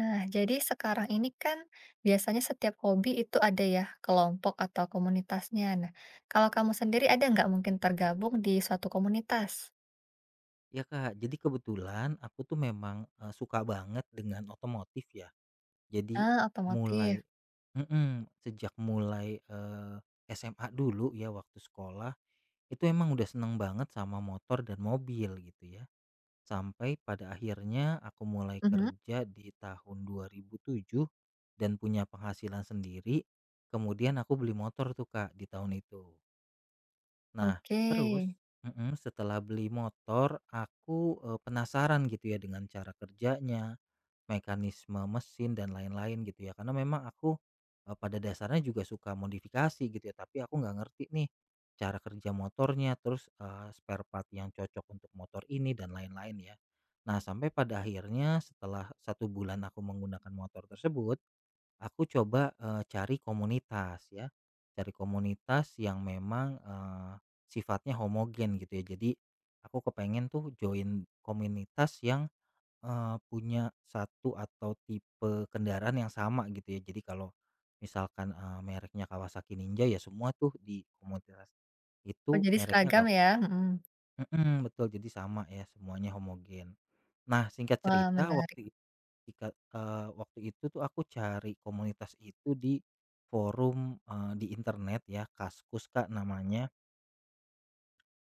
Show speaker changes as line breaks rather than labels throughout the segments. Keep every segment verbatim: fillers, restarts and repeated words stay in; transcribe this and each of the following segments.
Nah, jadi sekarang ini kan biasanya setiap hobi itu ada ya kelompok atau komunitasnya. Nah, kalau kamu sendiri ada nggak mungkin tergabung di suatu komunitas?
Ya Kak, jadi kebetulan aku tuh memang, eee, suka banget dengan otomotif ya. Jadi
Ah, otomotif.
mulai mhm, sejak mulai, eee, S M A dulu ya waktu sekolah, itu emang udah seneng banget sama motor dan mobil gitu ya. Sampai pada akhirnya aku mulai
Mhm,
kerja di tahun dua ribu tujuh dan punya penghasilan sendiri, kemudian aku beli motor tuh Kak di tahun itu. Nah,
oke.
terus mhm, setelah beli motor, aku, eee, penasaran gitu ya dengan cara kerjanya, mekanisme mesin dan lain-lain gitu ya. Karena memang aku, eee, pada dasarnya juga suka modifikasi gitu ya, tapi aku nggak ngerti nih cara kerja motornya, terus, eee, spare part yang cocok untuk motor ini dan lain-lain ya. Nah, sampai pada akhirnya setelah satu bulan aku menggunakan motor tersebut, aku coba, eee, cari komunitas ya, cari komunitas yang memang, eee, sifatnya homogen gitu ya. Jadi aku kepengen tuh join komunitas yang, eee, punya satu atau tipe kendaraan yang sama gitu ya. Jadi kalau misalkan, eee, mereknya Kawasaki Ninja ya semua tuh di komunitas
Oh,
itu
jadi
mereknya
seragam
ka
ya? Mhm.
betul, jadi sama ya semuanya homogen. Nah, singkat
Wah,
cerita,
menarik.
waktu jika, eee, waktu itu tuh aku cari komunitas itu di forum, eee, di internet ya, Kaskus, Kak, namanya.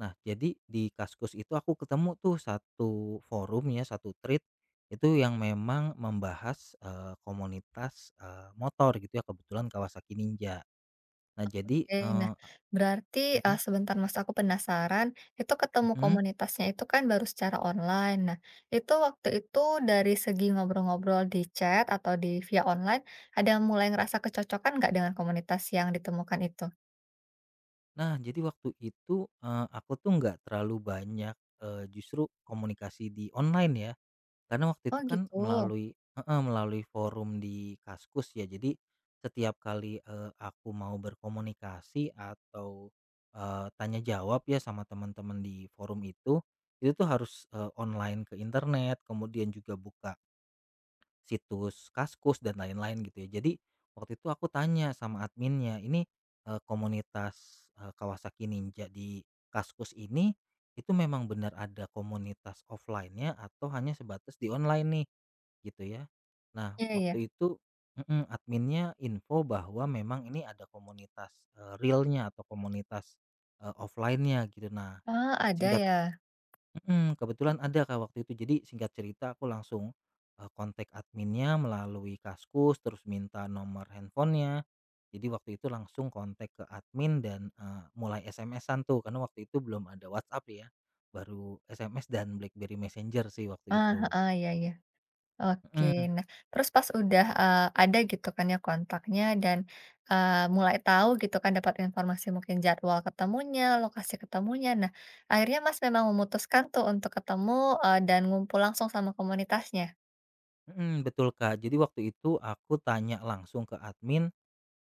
Nah, jadi di Kaskus itu aku ketemu tuh satu forum ya, satu thread itu yang memang membahas, eee, komunitas, eee, motor gitu ya, kebetulan Kawasaki Ninja. Nah, jadi,
Oke, nah
eee
berarti, eee,
mhm
sebentar Mas, aku penasaran, itu ketemu
mhm.
komunitasnya itu kan baru secara online. Nah, itu waktu itu dari segi ngobrol-ngobrol di chat atau di via online, ada mulai ngerasa kecocokan nggak dengan komunitas yang ditemukan itu?
Nah, jadi waktu itu, eee, aku tuh nggak terlalu banyak, eee, justru komunikasi di online ya. Karena waktu
Oh
itu kan
gitu,
melalui, heeh, melalui forum di Kaskus ya, jadi setiap kali, eee, aku mau berkomunikasi atau, eee, tanya jawab ya sama teman-teman di forum itu, itu tuh harus, eee, online ke internet, kemudian juga buka situs Kaskus dan lain-lain gitu ya. Jadi waktu itu aku tanya sama adminnya, "Ini, eee, komunitas, eee, Kawasaki Ninja di Kaskus ini, itu memang benar ada komunitas offline-nya atau hanya sebatas di online nih?" Gitu ya. Nah,
iya iya.
waktu itu mhm, adminnya info bahwa memang ini ada komunitas, eee, realnya atau komunitas, eee, offline-nya gitu. Nah,
Ah ada
singkat
ya?
mhm, kebetulan ada Kak waktu itu. Jadi singkat cerita aku langsung, eee, kontak adminnya melalui Kaskus, terus minta nomor handphonenya. Jadi waktu itu langsung kontak ke admin dan, eee, mulai S M S-an tuh karena waktu itu belum ada WhatsApp ya, baru S M S dan BlackBerry Messenger sih waktu
Ah,
itu,
ah iya
gitu.
iya. Oke.
Mhm.
Nah, terus pas udah, eee, ada gitu kan ya kontaknya dan, eee, mulai tahu gitu kan dapat informasi mungkin jadwal ketemunya, lokasi ketemunya. Nah, akhirnya Mas memang memutuskan tuh untuk ketemu, eee, dan ngumpul langsung sama komunitasnya?
Mhm, betul, Kak. Jadi waktu itu aku tanya langsung ke admin,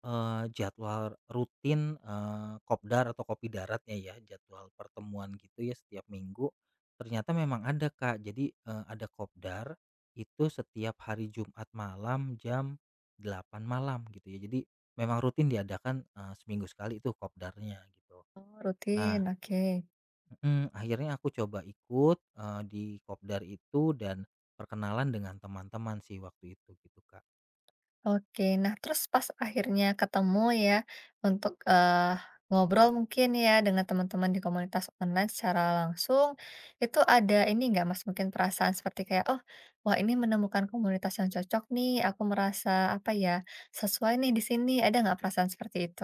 eee, jadwal rutin, eee, kopdar atau Kopi Daratnya ya, jadwal pertemuan gitu ya setiap minggu. Ternyata memang ada, Kak. Jadi, eee, ada kopdar itu setiap hari Jumat malam jam delapan malam gitu ya. Jadi memang rutin diadakan, eee, seminggu sekali itu kopdarnya gitu.
Oh, rutin,
Nah
oke.
mhm, akhirnya aku coba ikut, eee, di kopdar itu dan perkenalan dengan teman-teman sih waktu itu gitu, Kak.
Oke, nah terus pas akhirnya ketemu ya untuk, eee, ngobrol mungkin ya dengan teman-teman di komunitas online secara langsung, itu ada ini nggak Mas, mungkin perasaan seperti kayak, "Oh, wah ini menemukan komunitas yang cocok nih, aku merasa apa ya, sesuai nih di sini." Ada nggak perasaan seperti itu?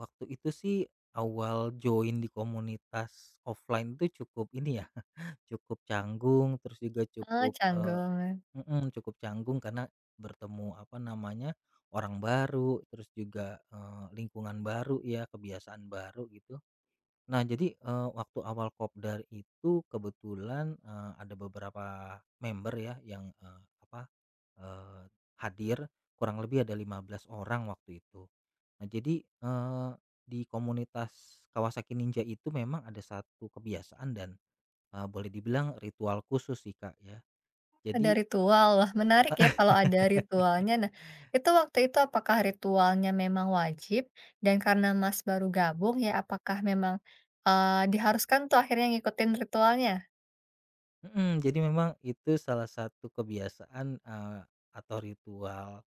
Waktu itu sih awal join di komunitas offline itu cukup ini ya, cukup canggung terus juga
Oh,
cukup, eee
canggung.
mhm, cukup canggung karena bertemu apa namanya, orang baru terus juga, eee, lingkungan baru ya, kebiasaan baru gitu. Nah jadi, eee, waktu awal kopdar itu kebetulan, eee, ada beberapa member ya yang, eee, apa eee, hadir, kurang lebih ada lima belas orang waktu itu. Nah jadi, eee, di komunitas Kawasaki Ninja itu memang ada satu kebiasaan dan, eee, boleh dibilang ritual khusus sih Kak ya.
Ada
Jadi
ritual, wah menarik ya kalau ada ritualnya. Nah, itu waktu itu apakah ritualnya memang wajib dan karena Mas baru gabung ya apakah memang, eee, diharuskan tuh akhirnya ngikutin ritualnya?
mhm, jadi memang itu salah satu kebiasaan, eee, atau ritual,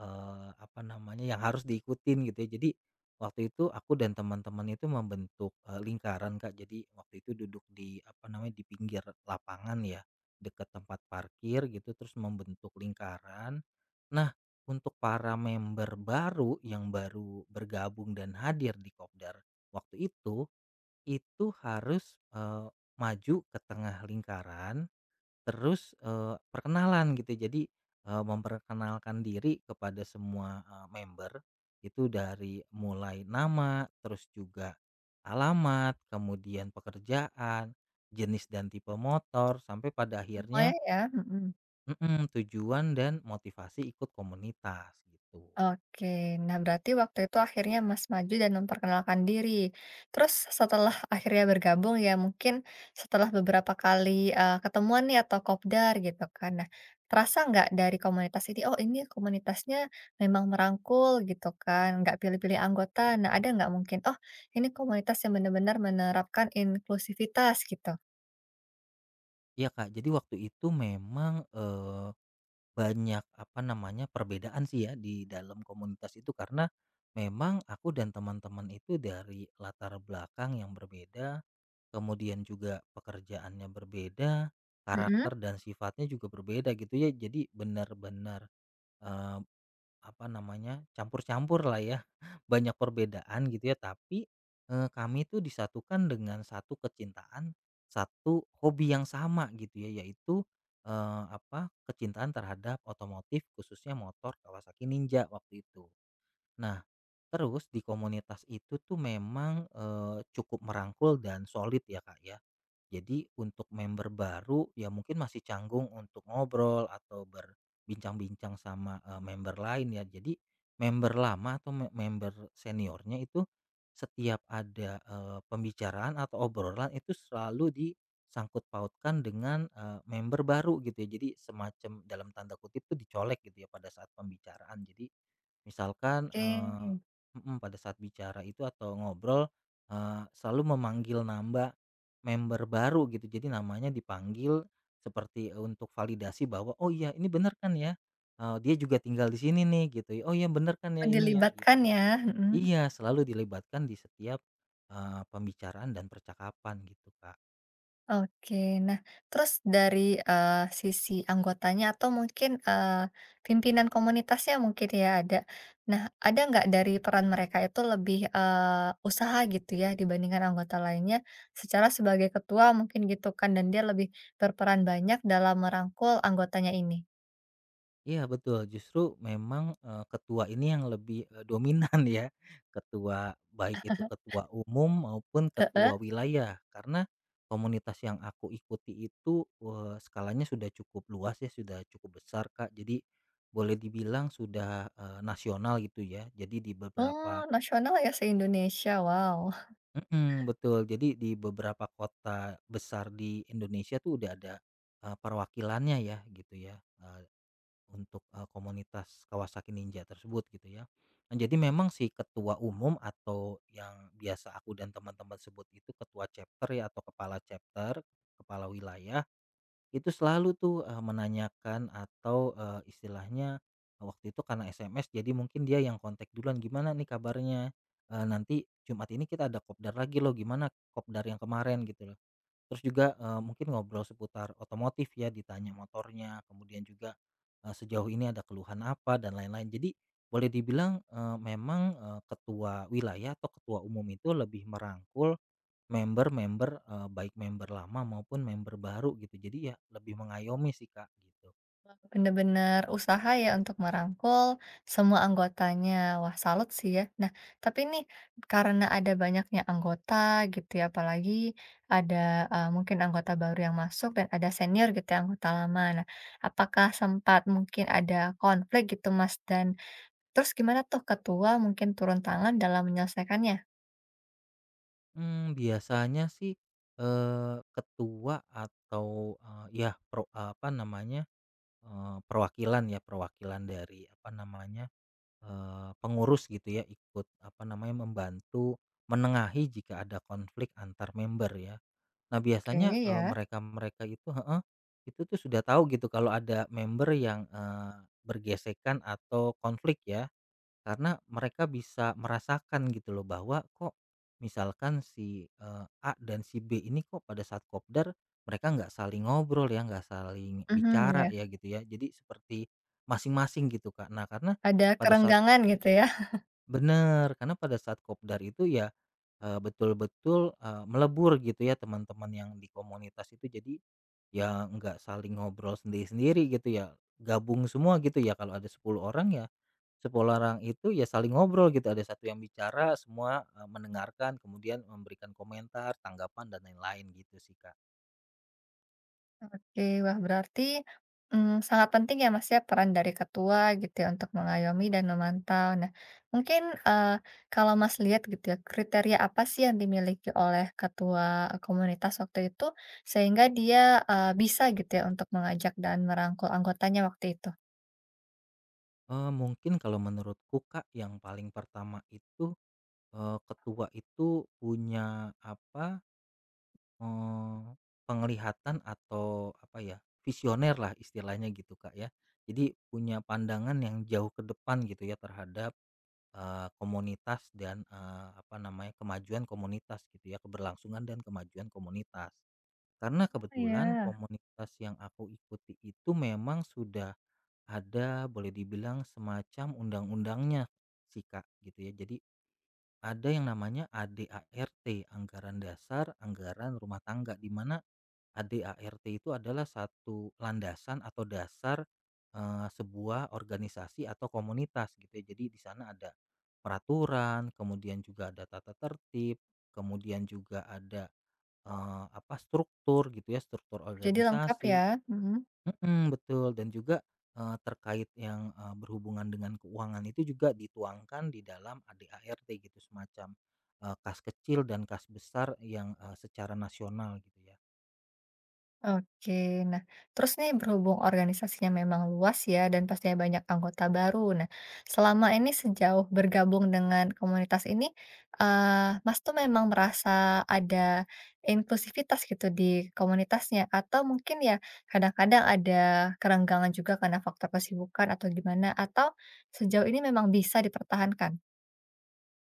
Eee, apa namanya, yang harus diikutin gitu ya. Jadi, waktu itu aku dan teman-teman itu membentuk, eee, lingkaran Kak. Jadi waktu itu duduk di apa namanya, di pinggir lapangan ya, dekat tempat parkir gitu, terus membentuk lingkaran. Nah, untuk para member baru yang baru bergabung dan hadir di Kopdar waktu itu, itu harus, eee, maju ke tengah lingkaran. Terus, eee, perkenalan gitu. Jadi, eee, memperkenalkan diri kepada semua, eee, member itu dari mulai nama, terus juga alamat, kemudian pekerjaan, jenis dan tipe motor, sampai pada
Semuanya
akhirnya
ya, mhm.
mhm, tujuan dan motivasi ikut komunitas gitu.
Oke, nah berarti waktu itu akhirnya Mas maju dan memperkenalkan diri. Terus setelah akhirnya bergabung ya mungkin setelah beberapa kali, eee, ketemuan nih atau kopdar gitu kan. Nah, terasa nggak dari komunitas ini, oh ini komunitasnya memang merangkul gitu kan, nggak pilih-pilih anggota. Nah ada nggak mungkin, oh ini komunitas yang benar-benar menerapkan inklusivitas gitu?
Iya, Kak, jadi waktu itu memang banyak, apa namanya, perbedaan sih ya di dalam komunitas itu karena memang aku dan teman-teman itu dari latar belakang yang berbeda, kemudian juga pekerjaannya berbeda,
Mhm,
karakter dan sifatnya juga berbeda gitu ya. Jadi benar-benar apa namanya, campur-campur lah ya, banyak perbedaan gitu ya, tapi, eee, kami itu disatukan dengan satu kecintaan, satu hobi yang sama gitu ya, yaitu, eee, apa, kecintaan terhadap otomotif khususnya motor Kawasaki Ninja waktu itu. Nah, terus di komunitas itu tuh memang, eee, cukup merangkul dan solid ya, Kak, ya. Jadi untuk member baru ya mungkin masih canggung untuk ngobrol atau berbincang-bincang sama, eee, member lain ya. Jadi member lama atau me member seniornya itu setiap ada, eee, pembicaraan atau obrolan itu selalu disangkut pautkan dengan, eee, member baru gitu ya. Jadi semacam dalam tanda kutip tuh "dicolek" gitu ya pada saat pembicaraan. Jadi misalkan, eee
oke,
mhm, pada saat bicara itu atau ngobrol, eee, selalu memanggil nama member baru gitu, jadi namanya dipanggil seperti, eee, untuk validasi bahwa, "Oh iya ini bener kan ya? Eee, dia juga tinggal di sini nih," gitu ya, "Oh iya bener kan
oh
ya ini ya?"
dilibatkan
Gitu.
ya? Mhm.
Iya, selalu dilibatkan di setiap, eee, pembicaraan dan percakapan gitu, Kak.
Oke. Nah, terus dari, eee, sisi anggotanya atau mungkin, eee, pimpinan komunitasnya mungkin ya ada. Nah, ada nggak dari peran mereka itu lebih, eee, usaha gitu ya dibandingkan anggota lainnya, secara sebagai ketua mungkin gitu kan, dan dia lebih berperan banyak dalam merangkul anggotanya ini?
Iya betul, justru memang, eee, ketua ini yang lebih, eee, dominan ya, ketua baik itu ketua umum maupun
Heeh.
ketua wilayah. Karena komunitas yang aku ikuti itu, eee, skalanya sudah cukup luas ya, sudah cukup besar, Kak. Jadi boleh dibilang sudah, eee, nasional gitu ya. Jadi di beberapa
Oh, nasional ya se-Indonesia, wow.
mhm, betul. Jadi di beberapa kota besar di Indonesia tuh udah ada, eee, perwakilannya ya gitu ya, untuk, eee, komunitas Kawasaki Ninja tersebut gitu ya. Nah jadi memang si ketua umum atau yang biasa aku dan teman-teman sebut itu ketua chapter ya atau kepala chapter, kepala wilayah, itu selalu tuh, eee, menanyakan atau, eee, istilahnya waktu itu karena S M S jadi mungkin dia yang kontak duluan, "Gimana nih kabarnya? Eee, nanti Jumat ini kita ada kopdar lagi loh, gimana kopdar yang kemarin?" Gitu. Terus juga, eee, mungkin ngobrol seputar otomotif ya, ditanya motornya, kemudian juga, eee, sejauh ini ada keluhan apa dan lain-lain. Jadi boleh dibilang, eee, memang, eee, ketua wilayah atau ketua umum itu lebih merangkul member-member, eee, baik member lama maupun member baru gitu. Jadi ya lebih mengayomi sih, Kak, gitu.
Bener-bener usaha ya untuk merangkul semua anggotanya. Wah, salut sih ya. Nah, tapi nih karena ada banyaknya anggota gitu ya, apalagi ada eh, mungkin anggota baru yang masuk dan ada senior gitu ya, anggota lama. Nah, apakah sempat mungkin ada konflik gitu, Mas? Dan terus gimana tuh ketua mungkin turun tangan dalam menyelesaikannya?
Mmm, biasanya sih, eee, ketua atau, eee, ya pro apa namanya, eee, perwakilan ya, perwakilan dari apa namanya, Eee, pengurus gitu ya ikut apa namanya membantu menengahi jika ada konflik antar member ya. Nah
Oke
biasanya, eee,
ya.
mereka-mereka itu heeh, itu tuh sudah tahu gitu kalau ada member yang, eee, bergesekan atau konflik ya. Karena mereka bisa merasakan gitu loh bahwa kok misalkan si, eee, A dan si B ini kok pada saat kopdar mereka nggak saling ngobrol ya, nggak saling
Mhm,
bicara
ya.
ya gitu ya. Jadi seperti masing-masing gitu Kak. Nah karena
Ada
pada saat
kerenggangan gitu ya.
benar karena pada saat kopdar itu ya, eee, betul-betul, eee, melebur gitu ya teman-teman yang di komunitas itu. Jadi ya nggak saling ngobrol sendiri-sendiri gitu ya, gabung semua gitu ya. Kalau ada sepuluh orang ya, sepuluh orang itu ya saling ngobrol gitu, ada satu yang bicara semua, eee, mendengarkan kemudian memberikan komentar, tanggapan dan lain-lain gitu sih, Kak.
Oke, wah berarti, mmm, sangat penting ya Mas ya peran dari ketua gitu ya untuk mengayomi dan memantau. Nah mungkin, eee, kalau Mas lihat gitu ya kriteria apa sih yang dimiliki oleh ketua komunitas waktu itu sehingga dia, eee, bisa gitu ya untuk mengajak dan merangkul anggotanya waktu itu?
Eee, mungkin kalau menurutku, Kak, yang paling pertama itu, eee, ketua itu punya apa, Eee, penglihatan atau apa ya, visioner lah istilahnya gitu, Kak, ya. Jadi punya pandangan yang jauh ke depan gitu ya terhadap, eee, komunitas dan, eee, apa namanya, kemajuan komunitas gitu ya, keberlangsungan dan kemajuan komunitas. Karena
Oh
kebetulan
ya.
komunitas yang aku ikuti itu memang sudah ada boleh dibilang semacam undang-undangnya sih, Kak, gitu ya. Jadi ada yang namanya A D A R T, anggaran dasar, anggaran rumah tangga, di mana A D A R T itu adalah satu landasan atau dasar, eh, sebuah organisasi atau komunitas gitu ya. Jadi di sana ada peraturan, kemudian juga ada tata tertib, kemudian juga ada, eh, apa struktur gitu ya, struktur
Jadi lengkap
organisasi.
ya, mhm.
Mm-mm, betul dan juga, eh, terkait yang, eh, berhubungan dengan keuangan itu juga dituangkan di dalam A D A R T gitu semacam, eh, kas kecil dan kas besar yang, eh, secara nasional gitu ya.
Oke, nah terus nih berhubung organisasinya memang luas ya dan pastinya banyak anggota baru. Nah, selama ini sejauh bergabung dengan komunitas ini, eh, Mas tuh memang merasa ada inklusivitas gitu di komunitasnya atau mungkin ya kadang-kadang ada kerenggangan juga karena faktor kesibukan atau gimana atau sejauh ini memang bisa dipertahankan?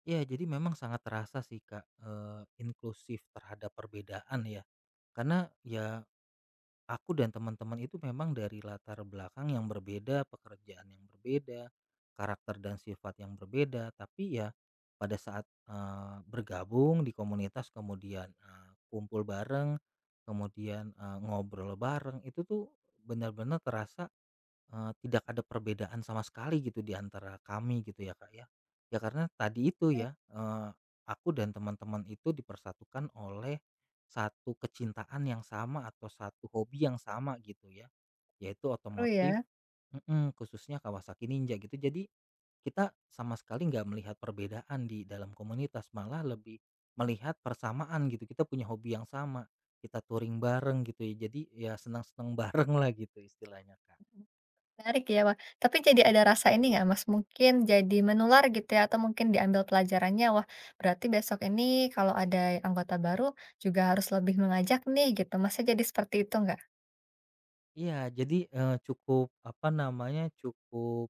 Ya, jadi memang sangat terasa sih, Kak, eee, inklusif terhadap perbedaan ya. Karena ya aku dan teman-teman itu memang dari latar belakang yang berbeda, pekerjaan yang berbeda, karakter dan sifat yang berbeda, tapi ya pada saat, eee, bergabung di komunitas kemudian, eee, kumpul bareng, kemudian, eee, ngobrol bareng, itu tuh benar-benar terasa, Eee, tidak ada perbedaan sama sekali gitu di antara kami gitu ya, Kak, ya. Ya karena tadi itu
Eh,
ya, eee, aku dan teman-teman itu dipersatukan oleh satu kecintaan yang sama atau satu hobi yang sama gitu ya, yaitu
seru
otomotif
ya.
mhm, khususnya Kawasaki Ninja gitu. Jadi kita sama sekali nggak melihat perbedaan di dalam komunitas, malah lebih melihat persamaan gitu. Kita punya hobi yang sama, kita touring bareng gitu ya. Jadi ya senang-senang bareng lah gitu istilahnya, Kak.
Menarik ya, wah. Tapi jadi ada rasa ini nggak, Mas, mungkin jadi menular gitu ya, atau mungkin diambil pelajarannya, wah berarti besok ini kalau ada anggota baru juga harus lebih mengajak nih gitu, Masnya jadi seperti itu nggak?
Iya, jadi, eee, cukup apa namanya, cukup,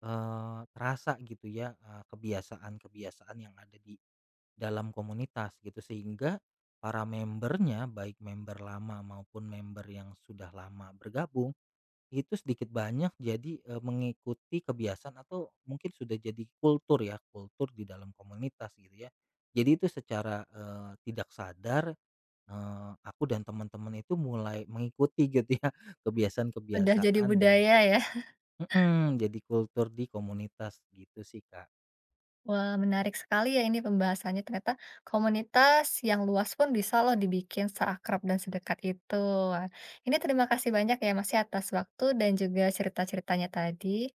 eee, terasa gitu ya, eee, kebiasaan-kebiasaan yang ada di dalam komunitas gitu, sehingga para membernya, baik member lama maupun member yang sudah lama bergabung, itu sedikit banyak jadi, eee, mengikuti kebiasaan atau mungkin sudah jadi kultur ya, kultur di dalam komunitas gitu ya. Jadi itu secara, eee, tidak sadar, Eee, aku dan teman-teman itu mulai mengikuti gitu ya
Udah jadi
kebiasaan-kebiasaan dan
budaya ya.
mhm, jadi kultur di komunitas gitu sih, Kak.
Wah menarik sekali ya ini pembahasannya, ternyata komunitas yang luas pun bisa loh dibikin seakrab dan sedekat itu. Wah, ini terima kasih banyak ya, Mas, ya atas waktu dan juga cerita-ceritanya tadi.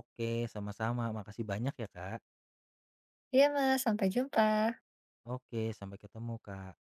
Oke, sama-sama. Makasih banyak ya, Kak.
Iya, Mas, sampai jumpa.
Oke, sampai ketemu, Kak.